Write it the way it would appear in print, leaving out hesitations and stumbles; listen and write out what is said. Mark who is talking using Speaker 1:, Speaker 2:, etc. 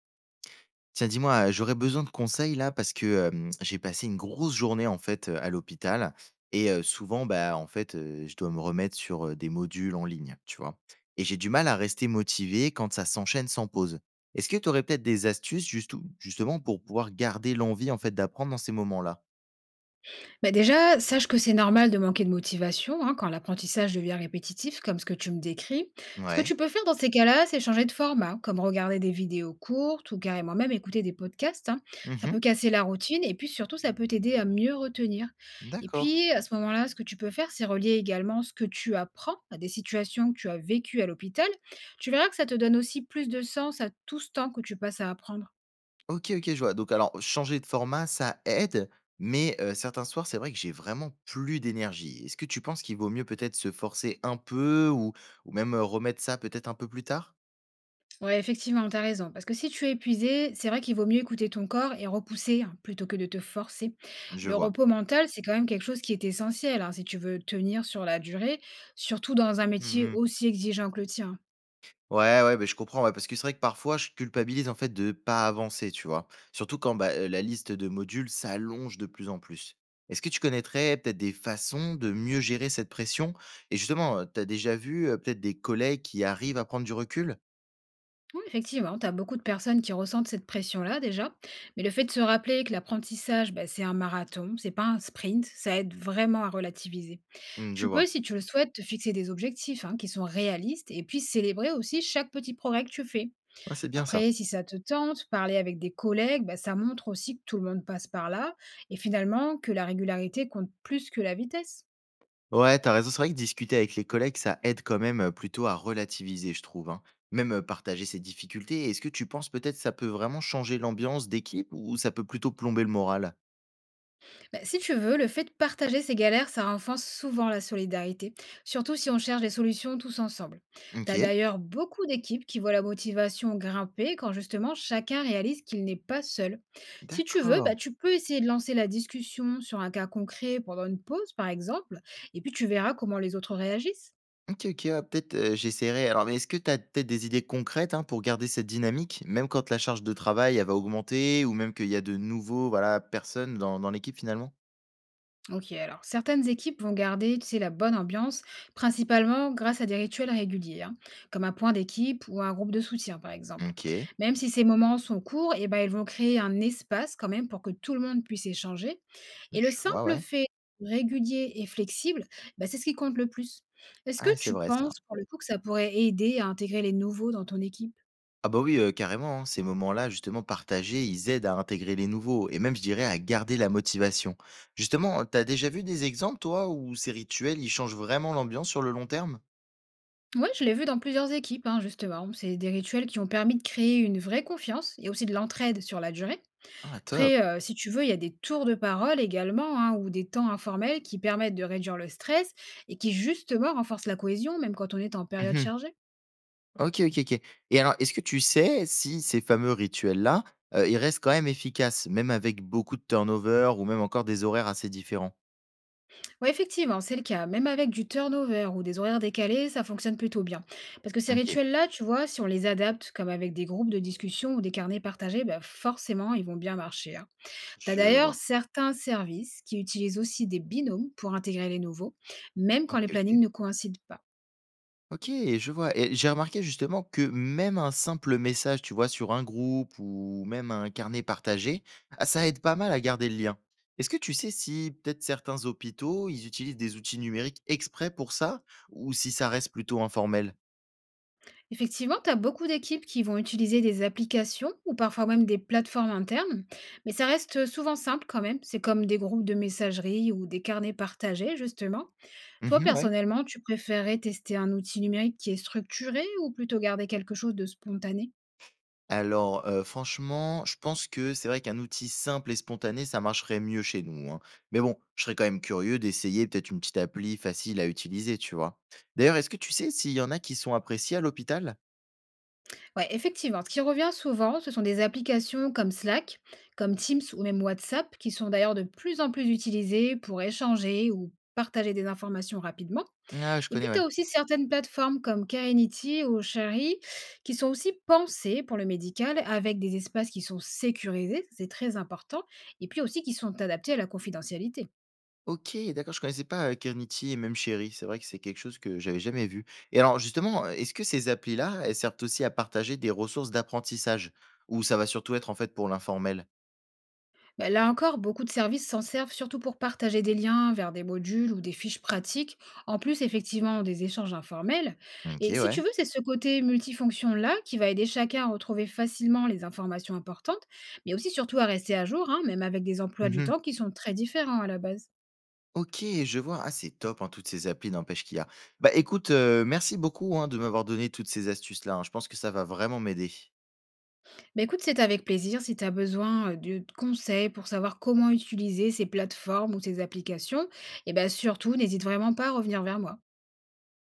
Speaker 1: Tiens, dis-moi, j'aurais besoin de conseils là parce que, j'ai passé une grosse journée en fait, à l'hôpital et souvent, bah, en fait, je dois me remettre sur, des modules en ligne, tu vois? Et j'ai du mal à rester motivé quand ça s'enchaîne sans pause. Est-ce que tu aurais peut-être des astuces justou justement pour pouvoir garder l'envie en fait d'apprendre dans ces moments-là?
Speaker 2: Bah déjà, sache que c'est normal de manquer de motivation, hein, quand l'apprentissage devient répétitif, comme ce que tu me décris. Ce que
Speaker 1: Ouais.
Speaker 2: tu peux faire dans ces cas-là, c'est changer de format, comme regarder des vidéos courtes ou carrément même écouter des podcasts, hein. Ça
Speaker 1: Mmh.
Speaker 2: peut casser la routine et puis surtout, ça peut t'aider à mieux retenir. Et
Speaker 1: D'accord.
Speaker 2: puis, à ce moment-là, ce que tu peux faire, c'est relier également ce que tu apprends à des situations que tu as vécues à l'hôpital. Tu verras que ça te donne aussi plus de sens à tout ce temps que tu passes à apprendre.
Speaker 1: OK, OK, je vois. Donc alors changer de format, ça aide, mais certains soirs, c'est vrai que j'ai vraiment plus d'énergie. Est-ce que tu penses qu'il vaut mieux peut-être se forcer un peu ou même, remettre ça peut-être un peu plus tard?
Speaker 2: Ouais, effectivement, t'as raison. Parce que si tu es épuisé, c'est vrai qu'il vaut mieux écouter ton corps et repousser, hein, plutôt que de te forcer.
Speaker 1: Je
Speaker 2: Le
Speaker 1: vois.
Speaker 2: repos mental, c'est quand même quelque chose qui est essentiel, hein, si tu veux tenir sur la durée, surtout dans un métier
Speaker 1: Mmh.
Speaker 2: aussi exigeant que le tien.
Speaker 1: Ouais, ouais, beh, je comprends, ouais, parce que c'est vrai que parfois je culpabilise en fait de pas avancer, tu vois? Surtout quand, bah, la liste de modules s'allonge de plus en plus. Est-ce que tu connaîtrais peut-être des façons de mieux gérer cette pression? Et justement, tu as déjà vu, peut-être des collègues qui arrivent à prendre du recul?
Speaker 2: Oui, effectivement, t'as beaucoup de personnes qui ressentent cette pression-là déjà. Mais le fait de se rappeler que l'apprentissage, bah, c'est un marathon, c'est pas un sprint, ça aide vraiment à relativiser.
Speaker 1: Mmh, je
Speaker 2: Tu peux,
Speaker 1: vois.
Speaker 2: si tu le souhaites, te fixer des objectifs, hein, qui sont réalistes et puis célébrer aussi chaque petit progrès que tu fais.
Speaker 1: Ah, c'est bien ça.
Speaker 2: Après, si ça te tente, parler avec des collègues, bah, ça montre aussi que tout le monde passe par là et finalement que la régularité compte plus que la vitesse.
Speaker 1: Ouais, t'as raison. C'est vrai que discuter avec les collègues, ça aide quand même plutôt à relativiser, je trouve, hein. Même partager ses difficultés. Est-ce que tu penses peut-être ça peut vraiment changer l'ambiance d'équipe ou ça peut plutôt plomber le moral?
Speaker 2: Bah, si tu veux, le fait de partager ces galères, ça renforce souvent la solidarité, surtout si on cherche des solutions tous ensemble. T'as
Speaker 1: Ok,
Speaker 2: d'ailleurs beaucoup d'équipes qui voient la motivation grimper quand justement chacun réalise qu'il n'est pas seul. Si tu veux,
Speaker 1: d'accord.
Speaker 2: bah, tu peux essayer de lancer la discussion sur un cas concret pendant une pause, par exemple, et puis tu verras comment les autres réagissent.
Speaker 1: Ok, ok, ouais, peut-être j'essaierai. Alors, mais est-ce que tu as peut-être des idées concrètes hein, pour garder cette dynamique, même quand la charge de travail elle va augmenter ou même qu'il y a de nouveaux voilà, personnes dans l'équipe finalement?
Speaker 2: Ok, alors certaines équipes vont garder, tu sais, la bonne ambiance, principalement grâce à des rituels réguliers, hein, comme un point d'équipe ou un groupe de soutien, par exemple.
Speaker 1: Ok,
Speaker 2: Même si ces moments sont courts, eh ben, ils vont créer un espace quand même pour que tout le monde puisse échanger. Et le
Speaker 1: je vois,
Speaker 2: simple
Speaker 1: ouais.
Speaker 2: fait régulier et flexible, bah, c'est ce qui compte le plus. Est-ce que
Speaker 1: Ah, c'est
Speaker 2: tu
Speaker 1: vrai ça.
Speaker 2: penses, pour le coup, que ça pourrait aider à intégrer les nouveaux dans ton équipe?
Speaker 1: Ah bah oui, carrément, hein. Ces moments-là, justement, partagés, ils aident à intégrer les nouveaux et même, je dirais, à garder la motivation. Justement, t'as déjà vu des exemples, toi, où ces rituels, ils changent vraiment l'ambiance sur le long terme?
Speaker 2: Ouais, je l'ai vu dans plusieurs équipes, hein, justement. C'est des rituels qui ont permis de créer une vraie confiance et aussi de l'entraide sur la durée.
Speaker 1: Ah top.
Speaker 2: Après, si tu veux, il y a des tours de parole également, hein, ou des temps informels qui permettent de réduire le stress et qui justement renforcent la cohésion, même quand on est en période
Speaker 1: Mmh.
Speaker 2: chargée.
Speaker 1: OK, OK, OK. Et alors, est-ce que tu sais si ces fameux rituels-là, ils restent quand même efficaces, même avec beaucoup de turnover ou même encore des horaires assez différents?
Speaker 2: Ouais, effectivement, c'est le cas. Même avec du turnover ou des horaires décalés, ça fonctionne plutôt bien. Parce que ces
Speaker 1: OK,
Speaker 2: rituels-là, tu vois, si on les adapte, comme avec des groupes de discussion ou des carnets partagés, bah, forcément, ils vont bien marcher, hein. Tu as
Speaker 1: je
Speaker 2: d'ailleurs
Speaker 1: vois.
Speaker 2: certains services qui utilisent aussi des binômes pour intégrer les nouveaux, même quand les
Speaker 1: OK, OK.
Speaker 2: plannings ne coïncident pas.
Speaker 1: OK, je vois et j'ai remarqué justement que même un simple message, tu vois, sur un groupe ou même un carnet partagé, ah, ça aide pas mal à garder le lien. Est-ce que tu sais si peut-être certains hôpitaux, ils utilisent des outils numériques exprès pour ça ou si ça reste plutôt informel?
Speaker 2: Effectivement, tu as beaucoup d'équipes qui vont utiliser des applications ou parfois même des plateformes internes, mais ça reste souvent simple quand même. C'est comme des groupes de messagerie ou des carnets partagés, justement. Toi,
Speaker 1: Mmh, ouais.
Speaker 2: personnellement, tu préférerais tester un outil numérique qui est structuré ou plutôt garder quelque chose de spontané?
Speaker 1: Alors, franchement, je pense que c'est vrai qu'un outil simple et spontané, ça marcherait mieux chez nous, hein. Mais bon, je serais quand même curieux d'essayer peut-être une petite appli facile à utiliser, tu vois? D'ailleurs, est-ce que tu sais s'il y en a qui sont appréciés à l'hôpital?
Speaker 2: Ouais, effectivement, ce qui revient souvent, ce sont des applications comme Slack, comme Teams ou même WhatsApp, qui sont d'ailleurs de plus en plus utilisées pour échanger ou partager des informations rapidement.
Speaker 1: Ah, ouais, je
Speaker 2: Et puis,
Speaker 1: connais,
Speaker 2: tu
Speaker 1: ouais.
Speaker 2: as aussi certaines plateformes comme Carinity ou Chari qui sont aussi pensées pour le médical avec des espaces qui sont sécurisés, c'est très important, et puis aussi qui sont adaptés à la confidentialité.
Speaker 1: OK, d'accord, je connaissais pas, Kernity et même Chery. C'est vrai que c'est quelque chose que j'avais jamais vu et alors justement, est-ce que ces applis-là, elles servent aussi à partager des ressources d'apprentissage? Ou ça va surtout être, en fait, pour l'informel?
Speaker 2: Bah, là encore, beaucoup de services s'en servent surtout pour partager des liens vers des modules ou des fiches pratiques, en plus effectivement des échanges informels. Et
Speaker 1: OK,
Speaker 2: si
Speaker 1: ouais.
Speaker 2: tu veux, c'est ce côté multifonction-là qui va aider chacun à retrouver facilement les informations importantes, mais aussi surtout à rester à jour, hein, même avec des emplois du
Speaker 1: Mmh.
Speaker 2: temps qui sont très différents à la base.
Speaker 1: OK, je vois. Ah, c'est top, hein, toutes ces applis, n'empêche qu'il y a. Bah, écoute, merci beaucoup, hein, de m'avoir donné toutes ces astuces-là, hein. Je pense que ça va vraiment m'aider.
Speaker 2: Bah, écoute, c'est avec plaisir si tu as besoin de conseils pour savoir comment utiliser ces plateformes ou ces applications, et bien surtout, n'hésite vraiment pas à revenir vers moi.